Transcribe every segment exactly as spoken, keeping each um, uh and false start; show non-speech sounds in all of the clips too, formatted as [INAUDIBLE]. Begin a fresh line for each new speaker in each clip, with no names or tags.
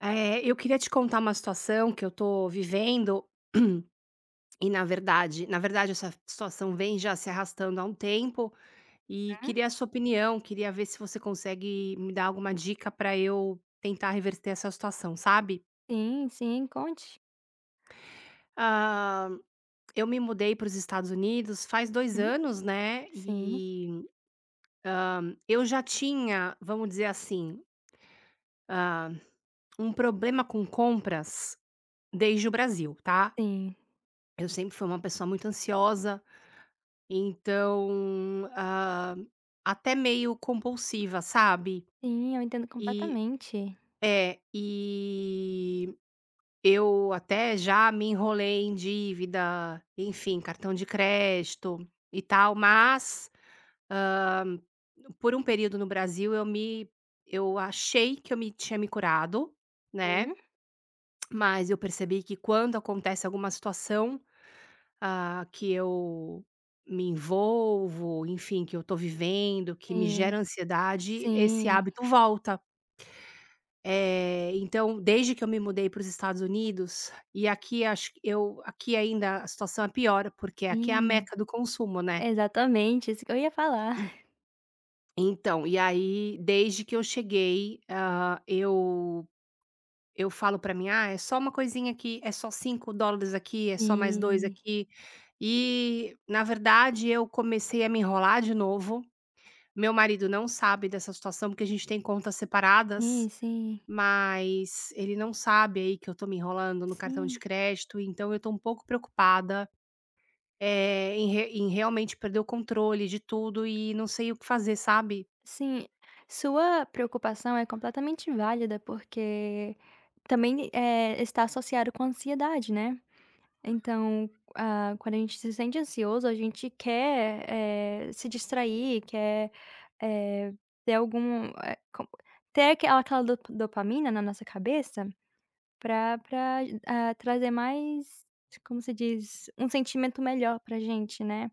É, eu queria te contar uma situação que eu tô vivendo e na verdade na verdade essa situação vem já se arrastando há um tempo, e
Hum,
queria a sua opinião, queria ver se você consegue me dar alguma dica pra eu tentar reverter essa situação, sabe.
sim, sim, conte.
Ah, eu me mudei para os Estados Unidos faz dois
Uhum.
anos, né,
Sim,
e eu já tinha, vamos dizer assim, um problema com compras desde o Brasil, tá.
sim,
Eu sempre fui uma pessoa muito ansiosa. Então, ah, até meio compulsiva, sabe.
sim, eu entendo
E
completamente.
é, e eu até já me enrolei em dívida, enfim, cartão de crédito e tal, mas hã, por um período no Brasil eu me eu achei que eu me tinha me curado, né,
Hum.
mas eu percebi que quando acontece alguma situação Ah, que eu me envolvo, enfim, que eu estou vivendo, que me
Sim,
gera ansiedade, esse
sim,
hábito volta. Eh, então, desde que eu me mudei para os Estados Unidos, e aqui acho que eu aqui ainda a situação é pior, porque aqui é a
sim,
meca do consumo, né.
exatamente, isso que eu ia falar.
Então, e aí desde que eu cheguei, hã, eu eu falo para mim: "Ah, é só uma coisinha aqui, é só cinco dólares aqui, é só mais dois
Sim,
aqui". E, na verdade, eu comecei a me enrolar de novo. Meu marido não sabe dessa situação, porque a gente tem contas
sim,
separadas,
sim,
mas ele não sabe aí que eu tô me enrolando no cartão de
sim,
crédito, então eu tô um pouco preocupada, eh, em re em realmente perder o controle de tudo e não sei o que fazer, sabe.
sim. Sua preocupação é completamente válida, porque também, eh, está associado com ansiedade, né? Então, ah, quando a gente se sente ansioso, a gente quer, eh, se distrair, quer, eh, ter algum eh, co ter aquela aquela do dopamina na nossa cabeça para pra, ah, trazer mais, como se diz, um sentimento melhor pra gente, né.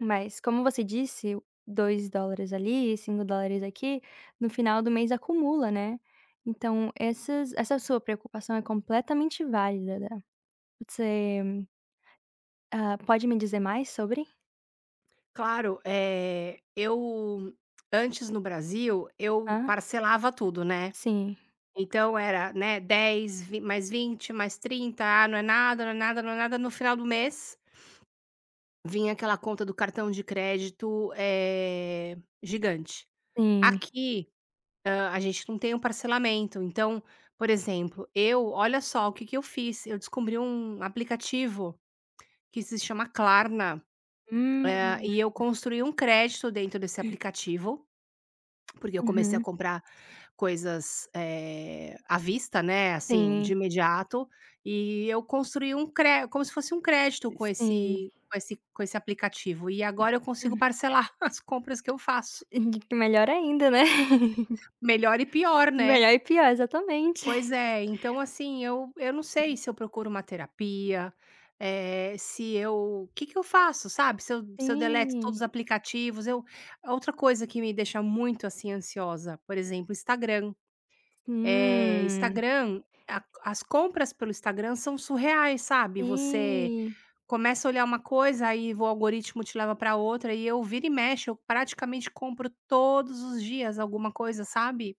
Mas como você disse, dois dólares ali, cinco dólares aqui, no final do mês acumula, né. Então essas essa sua preocupação é completamente válida, né? Você Hã, pode me dizer mais sobre?
Claro, eh, eu antes no Brasil, eu
Hã,
parcelava tudo, né.
sim,
Então era, né, dez vi mais vinte mais trinta, ah, não é nada, não é nada, não é nada, no final do mês vinha aquela conta do cartão de crédito, eh, gigante.
sim.
Aqui, hã, a gente não tem um parcelamento, então, por exemplo, eu olha só o que que eu fiz, eu descobri um aplicativo que se chama Klarna, hã,
Hum,
e eu construí um crédito dentro desse aplicativo. Porque eu comecei a
uhum,
comprar coisas, eh, à vista, né, assim, de
sim,
imediato, e eu construí um cré como se fosse um crédito com
sim.
esse com esse com esse aplicativo, e agora eu consigo parcelar [LAUGHS] as compras que eu faço.
[LAUGHS] Melhor ainda, né. [LAUGHS]
Melhor e pior, né.
Melhor e pior, exatamente.
Pois é, então assim, eu eu não sei se eu procuro uma terapia, eh, se eu o que que eu faço, sabe, se eu se eu deleto todos os
Sim,
aplicativos. Eu outra coisa que me deixa muito, assim, ansiosa, por exemplo, Instagram. Eh,
hum,
Instagram, a as compras pelo Instagram são surreais, sabe. Você
sim.
começa a olhar uma coisa, aí o algoritmo te leva para outra, e eu viro e mexo, eu praticamente compro todos os dias alguma coisa, sabe.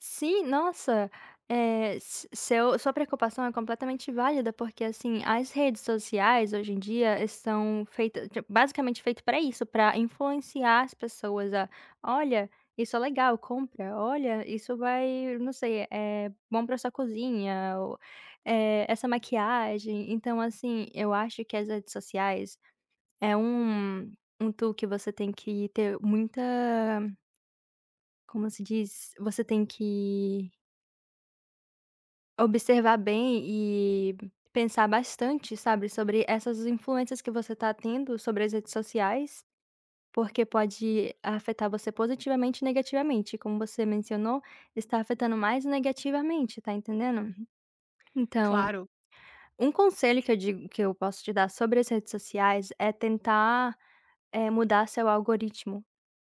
Sim, nossa, eh, s seu sua preocupação é completamente válida, porque, assim, as redes sociais hoje em dia são feitas ti basicamente feito para isso, para influenciar as pessoas a: "Olha, isso é legal, compra. Olha, isso vai não sei, é bom para sua cozinha", ou, eh, "essa maquiagem". Então, assim, eu acho que as redes sociais é um um tool que você tem que ter muita, como se diz? Você tem que observar bem e pensar bastante, sabe, sobre essas influências que você está tendo sobre as redes sociais, porque pode afetar você positivamente e negativamente. Como você mencionou, está afetando mais negativamente, tá entendendo? Então,
Claro,
um conselho que eu digo que eu posso te dar sobre as redes sociais é tentar, eh, mudar seu algoritmo,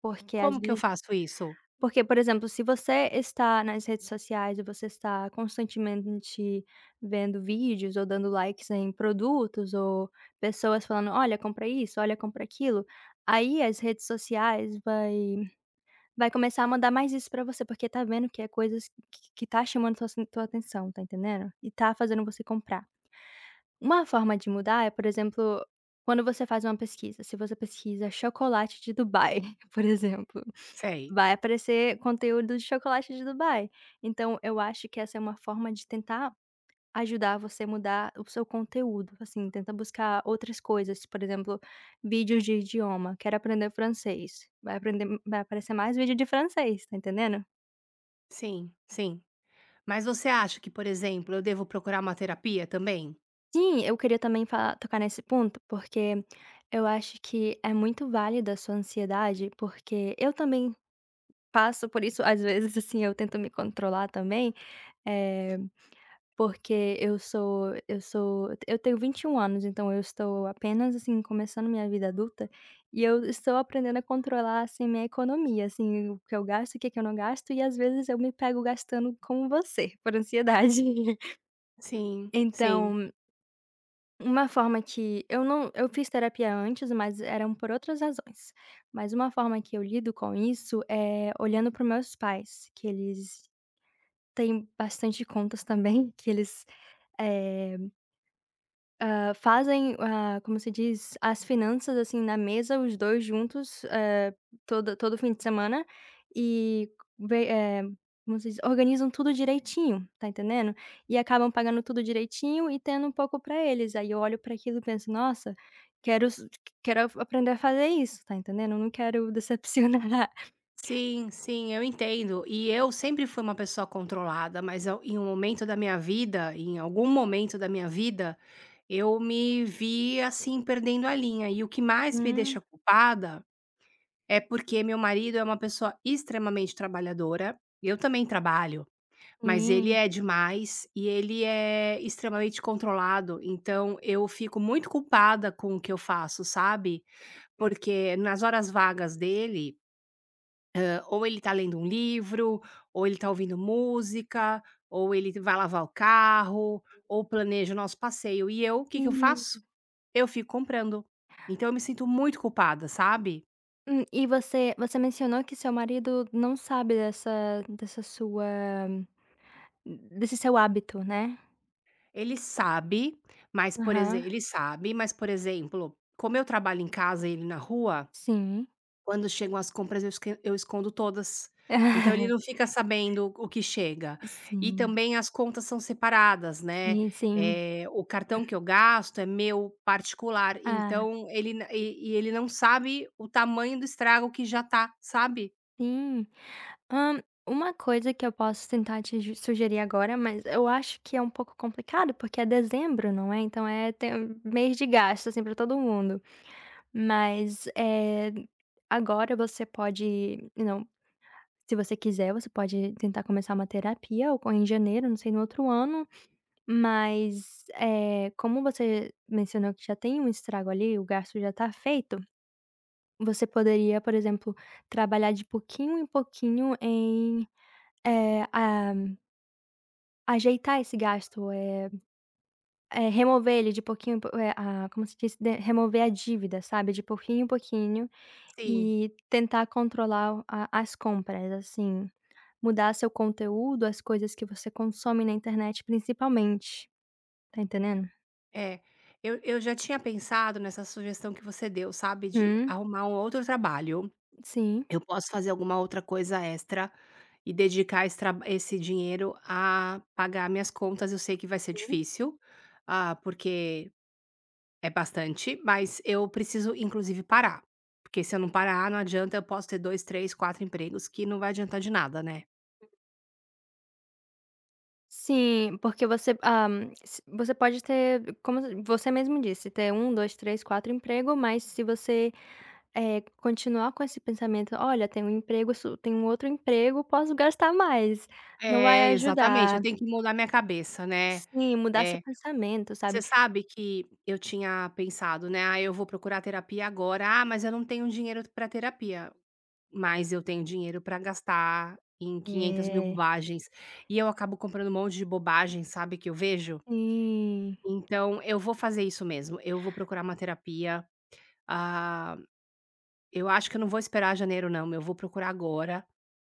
porque às
como que eu
vezes
faço isso?
Porque, por exemplo, se você está nas redes sociais e você está constantemente vendo vídeos ou dando likes em produtos ou pessoas falando: "Olha, compra isso, olha, compra aquilo", aí as redes sociais vai vai começar a mandar mais isso pra você, porque tá vendo que é coisas que que tá chamando tua tua atenção, tá entendendo? E tá fazendo você comprar. Uma forma de mudar é, por exemplo, quando você faz uma pesquisa, se você pesquisa chocolate de Dubai, [LAUGHS] por exemplo.
Sei.
Vai aparecer conteúdo de chocolate de Dubai. Então eu acho que essa é uma forma de tentar ajudar você a mudar o seu conteúdo, assim, tenta buscar outras coisas, por exemplo, vídeos de idioma, quero aprender francês, vai aprender vai aparecer mais vídeo de francês, tá entendendo?
Sim, sim. Mas você acha que, por exemplo, eu devo procurar uma terapia também?
Sim, eu queria também falar tocar nesse ponto, porque eu acho que é muito válida a sua ansiedade, porque eu também passo por isso, às vezes, assim, eu tento me controlar também. eh Porque eu sou eu sou eu tenho vinte e um anos, então eu estou apenas, assim, começando minha vida adulta, e eu estou aprendendo a controlar, assim, minha economia, assim, o que eu gasto, o que que eu não gasto, e às vezes eu me pego gastando como você, por ansiedade. [LAUGHS]
Sim, sim.
Então, uma forma que eu não eu fiz terapia antes, mas eram por outras razões. Mas uma forma que eu lido com isso é olhando para meus pais, que eles têm bastante contas também, que eles, eh Hã, fazem, ah, como se diz, as finanças, assim, na mesa, os dois juntos, eh, todo todo fim de semana e ve eh, como se diz, organizam tudo direitinho, tá entendendo? E acabam pagando tudo direitinho e tendo um pouco pra eles. Aí eu olho pra aquilo e penso: "Nossa, quero s quero a aprender a fazer isso", tá entendendo? Não quero decepcionar. [LAUGHS]
Sim, sim, eu entendo. E eu sempre fui uma pessoa controlada, mas eu- em um momento da minha vida, em algum momento da minha vida, eu me vi assim perdendo a linha. E o que mais me deixa
Hum,
culpada é porque meu marido é uma pessoa extremamente trabalhadora. Eu também trabalho, mas ele
sim.
é demais e ele é extremamente controlado. Então eu fico muito culpada com o que eu faço, sabe? Porque nas horas vagas dele ou ele tá lendo um livro, ou ele tá ouvindo música, ou ele vai lavar o carro, ou planeja o nosso passeio. E eu, o que que eu
Sim.
faço? Eu fico comprando. Então eu me sinto muito culpada, sabe.
Hum, e você você mencionou que seu marido não sabe dessa dessa sua Desse seu hábito, né?
Ele sabe, mas por exe
Aham,
ele sabe, mas, por exemplo, como eu trabalho em casa e ele na rua,
sim.
quando chegam as compras eu esque eu escondo todas, então ele não
[LAUGHS]
fica sabendo o que chega. E
Sim,
também as contas são separadas, né,
sim, sim.
eh, o cartão que eu gasto é meu particular,
Ah,
então ele na e e ele não sabe o tamanho do estrago que já tá, sabe.
sim. Hã, uma coisa que eu posso tentar te ju sugerir agora, mas eu acho que é um pouco complicado, porque é dezembro, não é? Então é tem um mês de gasto, assim, pra todo mundo. Mas, eh, agora você pode não, se você quiser, você pode tentar começar uma terapia ou em janeiro, não sei, no outro ano. Mas, eh, como você mencionou que já tem um estrago ali, o gasto já está feito, você poderia, por exemplo, trabalhar de pouquinho em pouquinho em, eh, a ajeitar esse gasto, eh eh, remover ele de pouquinho em pou eh, ah, como se diz? De remover a dívida, sabe, de pouquinho em pouquinho
Sim,
e tentar controlar a as compras, assim, mudar seu conteúdo, as coisas que você consome na internet, principalmente, tá entendendo?
é. Eu eu já tinha pensado nessa sugestão que você deu, sabe, de
Uhum,
arrumar um outro trabalho.
sim.
Eu posso fazer alguma outra coisa extra e dedicar esse traba esse dinheiro a pagar minhas contas. Eu sei que vai ser difícil, ah, porque é bastante, mas eu preciso inclusive parar, porque se eu não parar, não adianta, eu posso ter dois, três, quatro empregos que não vai adiantar de nada, né.
Sim, porque você, ah, s você pode ter, como você mesmo disse, ter um dois três quatro emprego, mas se você, eh, continuar com esse pensamento: "Olha, tem um emprego su tem um outro emprego, posso gastar mais", não vai
É, exatamente, eu
ajudar.
tenho que mudar minha cabeça, né.
Sim, mudar seu
É,
pensamento, sabe.
você sabe que eu tinha pensado, né: "Ah, eu vou procurar terapia agora. Ah, mas eu não tenho dinheiro para terapia". Mas eu tenho dinheiro pra gastar em quinhentas mil
É,
bobagens, e eu acabo comprando um monte de bobagem, sabe, que eu vejo.
sim.
Então eu vou fazer isso mesmo, eu vou procurar uma terapia. ah, eu acho que eu não vou esperar janeiro não, eu vou procurar agora,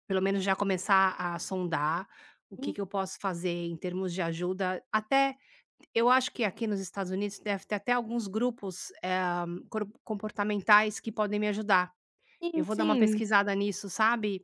pelo menos já começar a sondar o que que eu posso fazer em termos de ajuda. Até eu acho que aqui nos Estados Unidos deve ter até alguns grupos, eh, cor comportamentais que podem me ajudar. Eu
Sim,
vou dar uma
sim.
pesquisada nisso, sabe.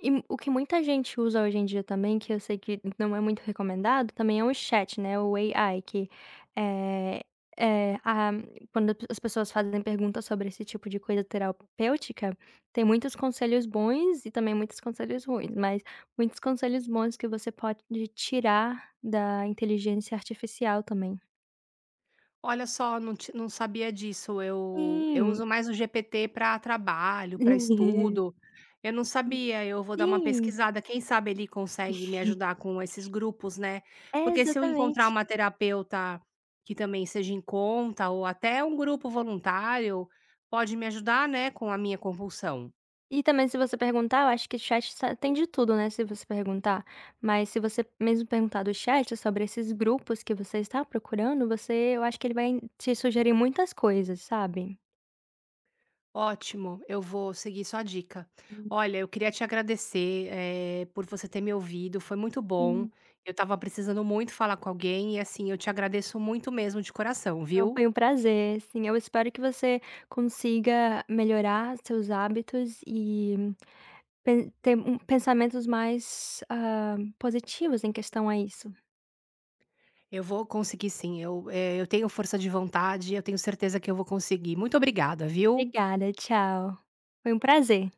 E m- o que muita gente usa hoje em dia também, que eu sei que não é muito recomendado, também é o chat, né, o A I, que, eh eh, a quando as pessoas fazem perguntas sobre esse tipo de coisa terapêutica, tem muitos conselhos bons e também muitos conselhos ruins, mas muitos conselhos bons que você pode tirar da inteligência artificial também.
Olha só, não ti não sabia disso. Eu eu
Sim.
uso mais o G P T para trabalho, para
[LAUGHS]
estudo. Eu não sabia, eu vou dar uma
Sim,
pesquisada. Quem sabe ele consegue me ajudar com esses grupos, né.
é
Porque se eu encontrar
exatamente.
uma terapeuta que também seja em conta ou até um grupo voluntário, pode me ajudar, né, com a minha compulsão.
E também se você perguntar, eu acho que chat sa tem de tudo, né, se você perguntar. Mas se você mesmo perguntar do chat sobre esses grupos que você está procurando, você eu acho que ele vai te sugerir muitas coisas, sabe.
Ótimo, eu vou seguir sua dica.
Hum,
Olha, eu queria te agradecer, eh, por você ter me ouvido, foi muito bom.
sim.
Eu estava precisando muito falar com alguém e, assim, eu te agradeço muito mesmo de coração,
Então
viu?
foi um prazer. Sim, eu espero que você consiga melhorar seus hábitos e pen ter um pensamentos mais, hã, positivos em questão a isso.
Eu vou conseguir sim, eu, eh, eu tenho força de vontade, eu tenho certeza que eu vou conseguir. Muito obrigada, viu?
Obrigada, tchau. Foi um prazer.